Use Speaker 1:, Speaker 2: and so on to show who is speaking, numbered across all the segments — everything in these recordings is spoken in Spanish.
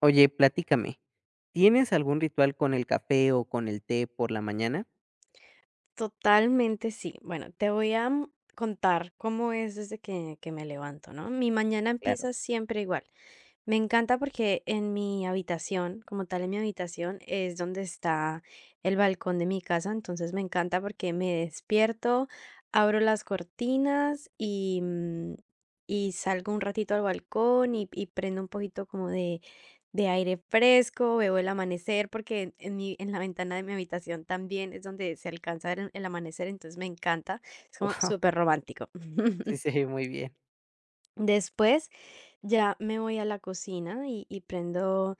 Speaker 1: Oye, platícame, ¿tienes algún ritual con el café o con el té por la mañana?
Speaker 2: Totalmente sí. Bueno, te voy a contar cómo es desde que me levanto, ¿no? Mi mañana
Speaker 1: Claro.
Speaker 2: empieza siempre igual. Me encanta porque en mi habitación, como tal en mi habitación, es donde está el balcón de mi casa, entonces me encanta porque me despierto, abro las cortinas y y salgo un ratito al balcón y prendo un poquito como de aire fresco, veo el amanecer porque en mi, en la ventana de mi habitación también es donde se alcanza a ver el amanecer, entonces me encanta, es como
Speaker 1: Guau,
Speaker 2: súper romántico.
Speaker 1: sí se ve muy bien.
Speaker 2: Después ya me voy a la cocina y prendo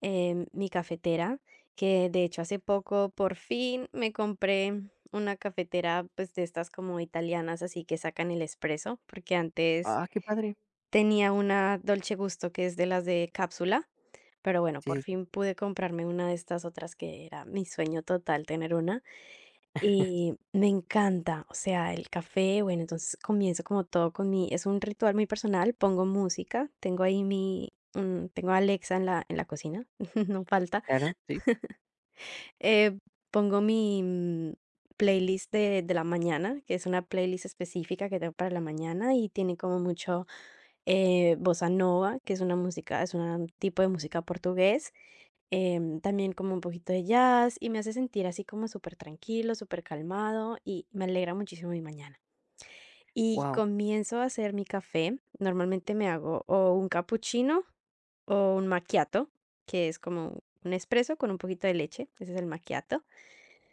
Speaker 2: mi cafetera, que de hecho hace poco por fin me compré una cafetera pues de estas como italianas, así que sacan el espresso, porque antes
Speaker 1: Ah, qué padre.
Speaker 2: tenía una Dolce Gusto, que es de las de cápsula, pero bueno,
Speaker 1: Sí,
Speaker 2: por
Speaker 1: sí, sí.
Speaker 2: fin pude comprarme una de estas otras que era mi sueño total tener una y me encanta, o sea, el café, bueno, entonces comienzo como todo con es un ritual muy personal, pongo música, tengo ahí mi, tengo a Alexa en la cocina, no falta.
Speaker 1: Claro, sí.
Speaker 2: Eh, Pongo mi playlist de la mañana, que es una playlist específica que tengo para la mañana y tiene como mucho, bossa nova, que es una música, es un tipo de música portugués, también como un poquito de jazz, y me hace sentir así como súper tranquilo, supertranquilo, calmado, y me alegra muchísimo mi mañana. Y
Speaker 1: Guau,
Speaker 2: comienzo a hacer mi café, normalmente me hago o un capuchino o un macchiato, que es como un espresso con un poquito de leche, ese es el macchiato.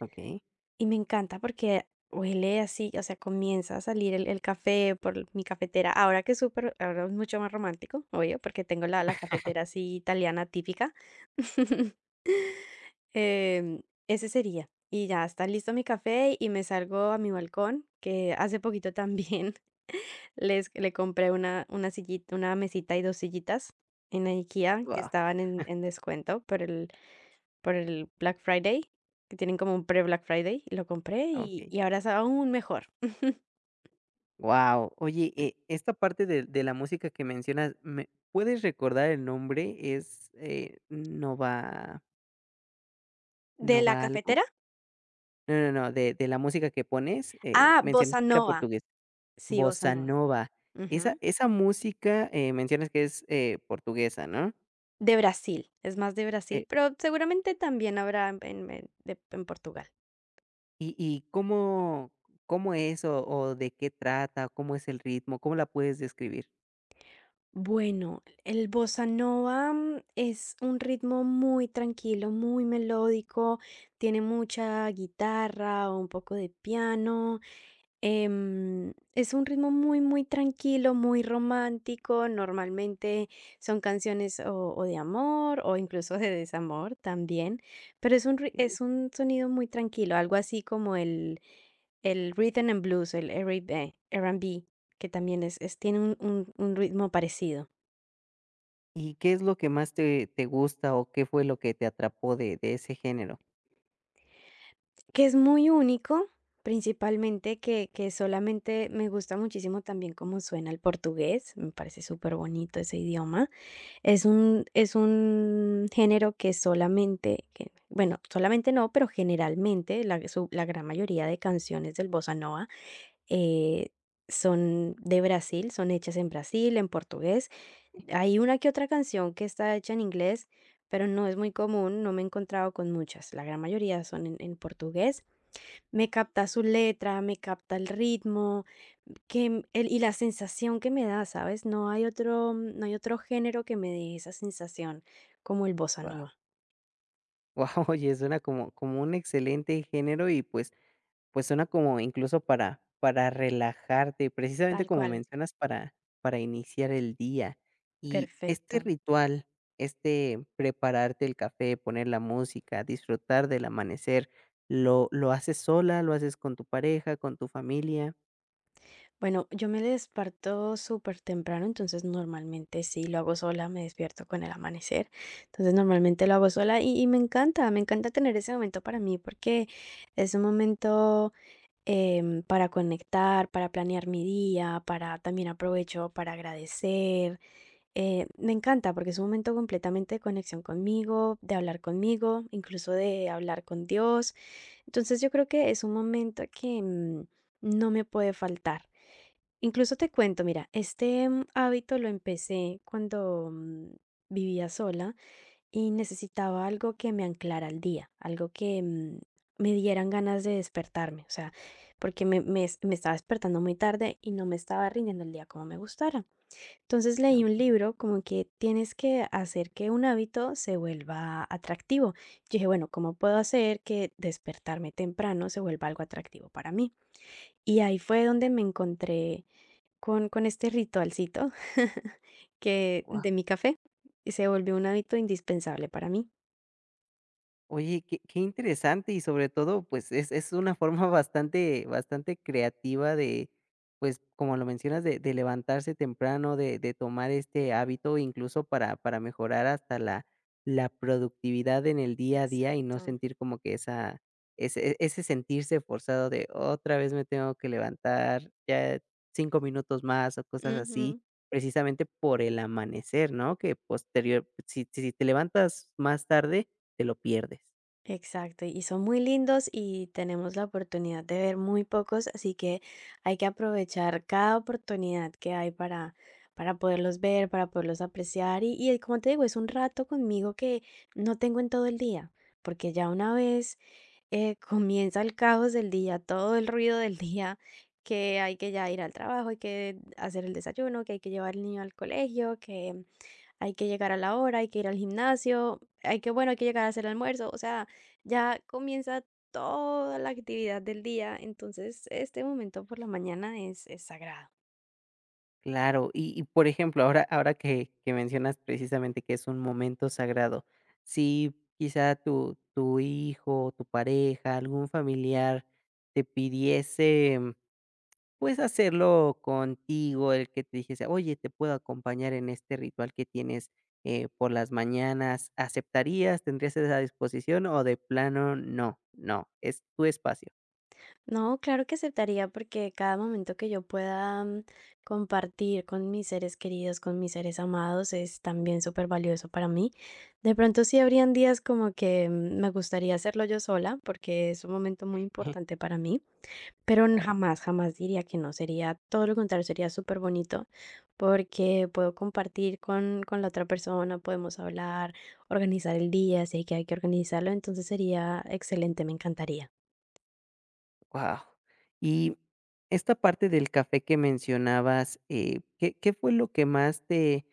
Speaker 1: okey.
Speaker 2: Y me encanta porque huele así, o sea, comienza a salir el café por mi cafetera. Ahora que es súper, ahora es mucho más romántico, obvio, porque tengo la, la cafetera así italiana típica. Em, Ese sería. Y ya está listo mi café y me salgo a mi balcón, que hace poquito también le compré una sillita, una mesita y dos sillitas en la IKEA que
Speaker 1: Guau,
Speaker 2: estaban en descuento por por el Black Friday, que tienen como un pre-Black Friday, y lo compré
Speaker 1: okey.
Speaker 2: y ahora es aún mejor.
Speaker 1: Guau. Oye, esta parte de la música que mencionas, ¿me puedes recordar el nombre? ¿Es, Nova
Speaker 2: ¿De la
Speaker 1: Nova algo?
Speaker 2: cafetera?
Speaker 1: No, no, no, de la música que pones,
Speaker 2: Ah, bossa
Speaker 1: mencionaste que era
Speaker 2: nova,
Speaker 1: portugués.
Speaker 2: sí, bossa
Speaker 1: Bossa
Speaker 2: nova.
Speaker 1: nova. Esa
Speaker 2: Ujú.
Speaker 1: esa música, mencionas que es, portuguesa, ¿no?
Speaker 2: De Brasil, es más de
Speaker 1: Eh,
Speaker 2: Brasil, pero seguramente también habrá en Portugal.
Speaker 1: ¿y cómo cómo es o de qué trata? ¿Cómo es el ritmo? ¿Cómo la puedes describir?
Speaker 2: Bueno, el bossa nova es un ritmo muy tranquilo, muy melódico, tiene mucha guitarra o un poco de piano. Es un ritmo muy tranquilo, muy romántico. Normalmente son canciones o de amor o incluso de desamor también, pero es un,
Speaker 1: Okey.
Speaker 2: es un sonido muy tranquilo, algo así como el rhythm and blues, el R&B, B, R and B, que también es, tiene un, un ritmo parecido,
Speaker 1: ¿Y qué es lo que más te gusta o qué fue lo que te atrapó de ese género?
Speaker 2: que es muy único, principalmente que solamente me gusta muchísimo también cómo suena el portugués, me parece súper bonito ese idioma. Es un, es un género que solamente, que bueno, solamente no, pero generalmente la gran mayoría de canciones del bossa nova, eh, son de Brasil, son hechas en Brasil, en portugués. Hay una que otra canción que está hecha en inglés, pero no es muy común, no me he encontrado con muchas. La gran mayoría son en portugués, me capta su letra, me capta el ritmo, el y la sensación que me da, ¿sabes? No hay otro no hay otro género que me dé esa sensación como el bossa
Speaker 1: Wow.
Speaker 2: nova.
Speaker 1: Guau, oye, suena como como un excelente género y, pues, pues suena como incluso para relajarte, precisamente
Speaker 2: Tal
Speaker 1: como
Speaker 2: cual.
Speaker 1: mencionas, para iniciar el día. Y
Speaker 2: Perfecto.
Speaker 1: este ritual, este prepararte el café, poner la música, disfrutar del amanecer, ¿lo haces sola, lo haces con tu pareja, con tu familia?
Speaker 2: Bueno, yo me desperto temprano, entonces normalmente sí lo hago sola, me despierto con el amanecer. Entonces normalmente lo hago sola y me encanta tener ese momento para mí porque es un momento para conectar, para planear mi día, para, también aprovecho para agradecer. Me encanta porque es un momento completamente de conexión conmigo, de hablar conmigo, incluso de hablar con Dios. Entonces yo creo que es un momento que no me puede faltar. Incluso te cuento, mira, este hábito lo empecé cuando vivía sola. Y necesitaba algo que me anclara al día, algo que me dieran ganas de despertarme, o sea, porque me estaba despertando muy tarde y no me estaba rindiendo el día como me gustara. Entonces leí un
Speaker 1: Okey.
Speaker 2: libro como que tienes que hacer que un hábito se vuelva atractivo. Yo dije, bueno, ¿cómo puedo hacer que despertarme temprano se vuelva algo atractivo para mí? Y ahí fue donde me encontré con este ritualcito que de mi café y se volvió un hábito indispensable para mí.
Speaker 1: Oye, qué qué interesante y sobre todo, pues, es una forma bastante bastante creativa de, pues, como lo mencionas, de levantarse temprano, de tomar este hábito, incluso para mejorar hasta la la productividad en el día a día y no
Speaker 2: Exacto.
Speaker 1: sentir como que esa ese e, ese sentirse forzado de otra vez me tengo que levantar, ya 5 minutos más o cosas así,
Speaker 2: Ujú.
Speaker 1: precisamente por el amanecer, ¿no? Que posterior si si te levantas más tarde, te lo pierdes.
Speaker 2: Exacto, y son muy lindos y tenemos la oportunidad de ver muy pocos, así que hay que aprovechar cada oportunidad que hay para poderlos ver, para poderlos apreciar. Y como te digo, es un rato conmigo que no tengo en todo el día, porque ya una vez comienza el caos del día, todo el ruido del día, que hay que ya ir al trabajo, hay que hacer el desayuno, que hay que llevar al niño al colegio, que hay que llegar a la hora, hay que ir al gimnasio, hay que, bueno, hay que llegar a hacer el almuerzo, o sea, ya comienza toda la actividad del día, entonces este momento por la mañana es sagrado.
Speaker 1: Claro, y por ejemplo, ahora ahora que mencionas precisamente que es un momento sagrado, si quizá tu hijo, tu pareja, algún familiar te pidiese, pues, hacerlo contigo, el que te dijese: "Oye, te puedo acompañar en este ritual que tienes, por las mañanas", ¿aceptarías? ¿Tendrías esa disposición o de plano no? No, es tu espacio.
Speaker 2: No, claro que aceptaría porque cada momento que yo pueda compartir con mis seres queridos, con mis seres amados, es también súper valioso para mí. De pronto sí habrían días como que me gustaría hacerlo yo sola porque es un momento muy
Speaker 1: Ujú.
Speaker 2: importante para mí. Pero n
Speaker 1: Claro.
Speaker 2: jamás, jamás diría que no, sería todo lo contrario, sería súper bonito porque puedo compartir con la otra persona, podemos hablar, organizar el día, si hay que, hay que organizarlo, entonces sería excelente, me encantaría.
Speaker 1: Wow. Y esta parte del café que mencionabas, ¿qué qué fue lo que más te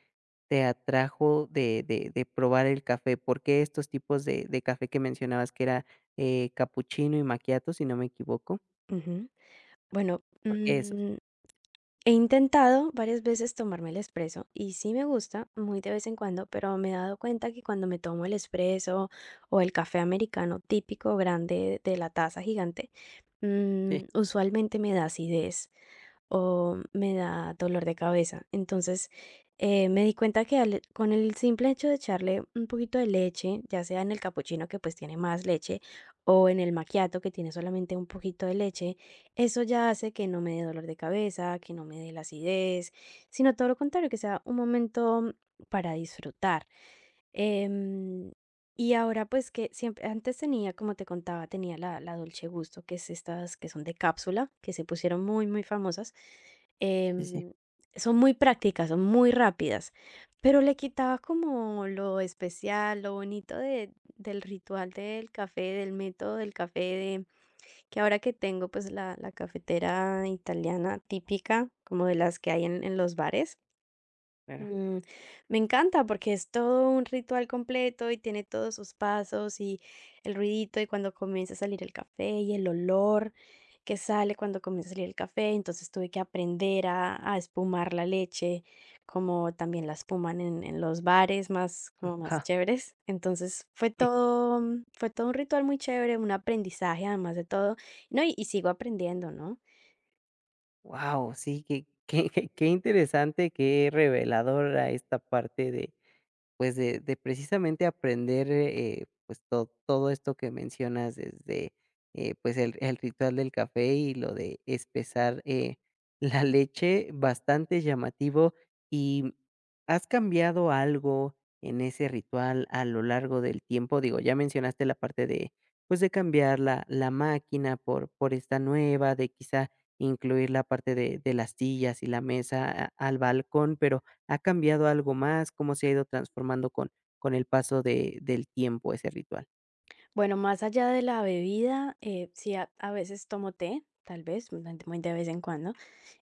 Speaker 1: te atrajo de probar el café? ¿Por qué estos tipos de café que mencionabas que era, capuchino y macchiato, si no me equivoco?
Speaker 2: Ujú. Bueno,
Speaker 1: ¿Por qué esos?
Speaker 2: he intentado varias veces tomarme el espresso y sí me gusta, muy de vez en cuando, pero me he dado cuenta que cuando me tomo el espresso o el café americano típico grande de la taza gigante,
Speaker 1: Sí,
Speaker 2: usualmente me da acidez o me da dolor de cabeza. Entonces, me di cuenta que con el simple hecho de echarle un poquito de leche, ya sea en el capuchino que pues tiene más leche o en el macchiato que tiene solamente un poquito de leche, eso ya hace que no me dé dolor de cabeza, que no me dé la acidez, sino todo lo contrario, que sea un momento para disfrutar. Em, y ahora pues que siempre, antes tenía, como te contaba, tenía la, la Dolce Gusto, que es estas que son de cápsula, que se pusieron muy famosas.
Speaker 1: sí, sí,
Speaker 2: Em, Son muy prácticas, son muy rápidas, pero le quitaba como lo especial, lo bonito del ritual del café, del método del café, que ahora que tengo pues la cafetera italiana típica, como de las que hay en los bares.
Speaker 1: claro.
Speaker 2: Mm, Me encanta porque es todo un ritual completo y tiene todos sus pasos y el ruidito y cuando comienza a salir el café y el olor que sale cuando comienza a salir el café. Entonces tuve que aprender a espumar la leche, como también la espuman en los bares más, como más
Speaker 1: Wow.
Speaker 2: chéveres. Entonces fue todo, fue todo un ritual muy chévere, un aprendizaje además de todo, ¿no? Y sigo aprendiendo, ¿no?
Speaker 1: Sí, qué qué qué qué interesante, qué reveladora esta parte de, pues de precisamente aprender, pues to todo esto que mencionas desde, pues el ritual del café y lo de espesar, la leche, bastante llamativo. Y, ¿has cambiado algo en ese ritual a lo largo del tiempo? Digo, ya mencionaste la parte de, pues de cambiar la la máquina por esta nueva, de quizá incluir la parte de las sillas y la mesa a al balcón, pero, ¿ha cambiado algo más? ¿Cómo se ha ido transformando con el paso de del tiempo ese ritual?
Speaker 2: Bueno, más allá de la bebida, sí, a veces tomo té, tal vez, muy de vez en cuando.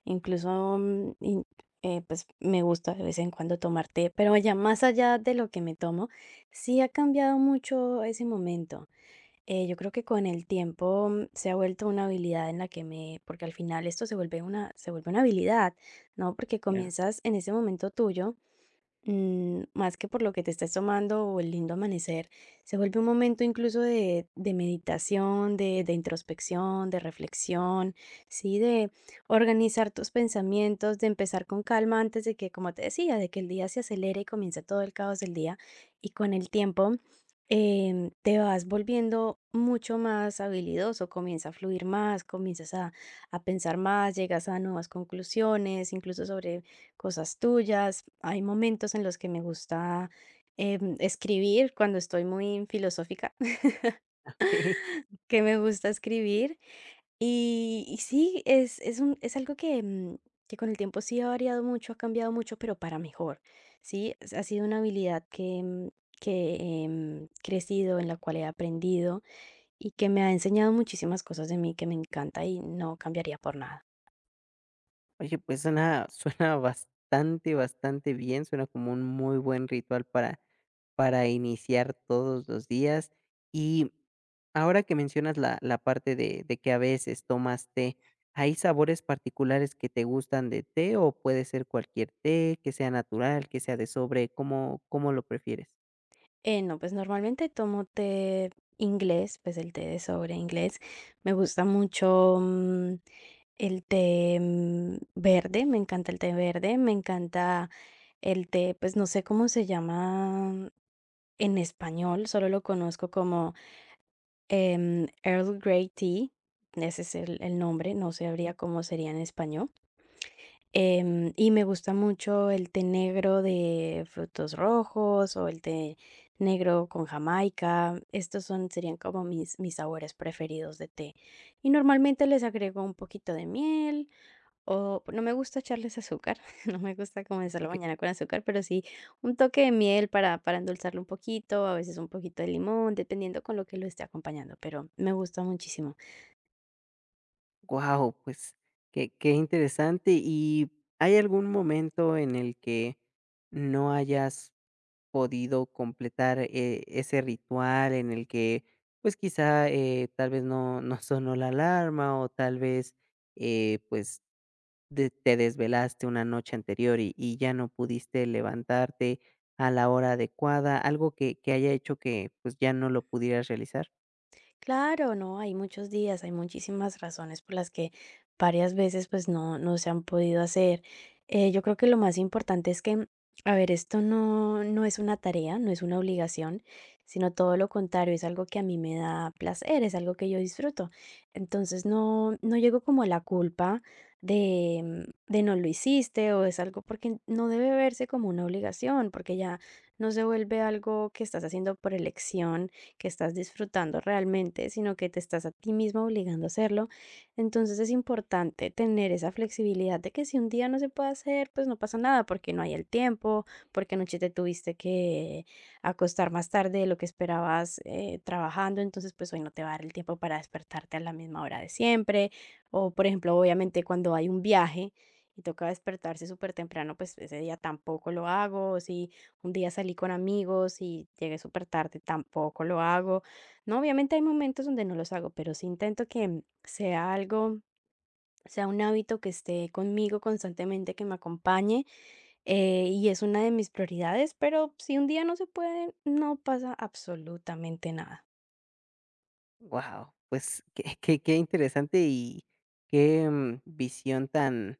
Speaker 2: Incluso, pues me gusta de vez en cuando tomar té, pero ya más allá de lo que me tomo, sí ha cambiado mucho ese momento. Yo creo que con el tiempo se ha vuelto una habilidad en la que me, porque al final esto se vuelve se vuelve una habilidad, ¿no? Porque
Speaker 1: Claro.
Speaker 2: comienzas en ese momento tuyo. Más que por lo que te estés tomando o el lindo amanecer, se vuelve un momento incluso de meditación, de introspección, de reflexión, sí, de organizar tus pensamientos, de empezar con calma antes de que, como te decía, de que el día se acelere y comience todo el caos del día. Y con el tiempo te vas volviendo mucho más habilidoso, comienza a fluir más, comienzas a pensar más, llegas a nuevas conclusiones, incluso sobre cosas tuyas. Hay momentos en los que me gusta escribir cuando estoy muy filosófica,
Speaker 1: Okey.
Speaker 2: que me gusta escribir. Y sí, es algo que, que con el tiempo sí ha variado mucho, ha cambiado mucho, pero para mejor. Sí, ha sido una habilidad que, que he crecido, en la cual he aprendido y que me ha enseñado muchísimas cosas de mí que me encanta y no cambiaría por nada.
Speaker 1: Oye, pues suena suena bastante, bastante bien, suena como un muy buen ritual para iniciar todos los días. Y ahora que mencionas la la parte de que a veces tomas té, ¿hay sabores particulares que te gustan de té o puede ser cualquier té, que sea natural, que sea de sobre? ¿Cómo cómo lo prefieres?
Speaker 2: No, pues normalmente tomo té inglés, pues el té de sobre inglés. Me gusta mucho el té verde, me encanta el té verde, me encanta el té, pues no sé cómo se llama en español, solo lo conozco como Earl Grey Tea, ese es el nombre, no sabría cómo sería en español. Y me gusta mucho el té negro de frutos rojos o el té negro con jamaica. Estos son, serían como mis, mis sabores preferidos de té. Y normalmente les agrego un poquito de miel o no me gusta echarles azúcar, no me gusta comenzar la
Speaker 1: Okey.
Speaker 2: mañana con azúcar, pero sí un toque de miel para endulzarlo un poquito, a veces un poquito de limón, dependiendo con lo que lo esté acompañando, pero me gusta muchísimo.
Speaker 1: Wow, pues, qué qué interesante. ¿Y hay algún momento en el que no hayas podido completar, ese ritual en el que, pues, quizá, tal vez no no sonó la alarma o tal vez, eh, pues, de te desvelaste una noche anterior y ya no pudiste levantarte a la hora adecuada, algo que haya hecho que, pues, ya no lo pudieras realizar.
Speaker 2: Claro, no, hay muchos días, hay muchísimas razones por las que varias veces pues no se han podido hacer. Yo creo que lo más importante es que, a ver, esto no es una tarea, no es una obligación, sino todo lo contrario, es algo que a mí me da placer, es algo que yo disfruto. Entonces no, no llego como a la culpa de, de no lo hiciste, o es algo porque no debe verse como una obligación, porque ya no se vuelve algo que estás haciendo por elección, que estás disfrutando realmente, sino que te estás a ti misma obligando a hacerlo. Entonces es importante tener esa flexibilidad de que si un día no se puede hacer, pues no pasa nada porque no hay el tiempo, porque anoche te tuviste que acostar más tarde de lo que esperabas trabajando, entonces pues hoy no te va a dar el tiempo para despertarte a la misma hora de siempre. O por ejemplo, obviamente cuando hay un viaje y toca despertarse súper temprano, pues ese día tampoco lo hago. O si un día salí con amigos y llegué súper tarde, tampoco lo hago. No, obviamente hay momentos donde no los hago, pero sí intento que sea algo, sea un hábito que esté conmigo constantemente, que me acompañe, y es una de mis prioridades, pero si un día no se puede, no pasa absolutamente nada.
Speaker 1: Wow, pues qué qué qué interesante y qué, mm, visión tan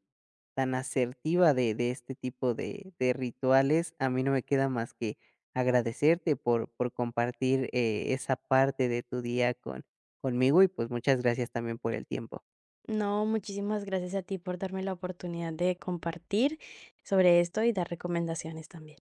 Speaker 1: tan asertiva de este tipo de rituales. A mí no me queda más que agradecerte por compartir, esa parte de tu día con conmigo y, pues, muchas gracias también por el tiempo.
Speaker 2: No, muchísimas gracias a ti por darme la oportunidad de compartir sobre esto y dar recomendaciones también.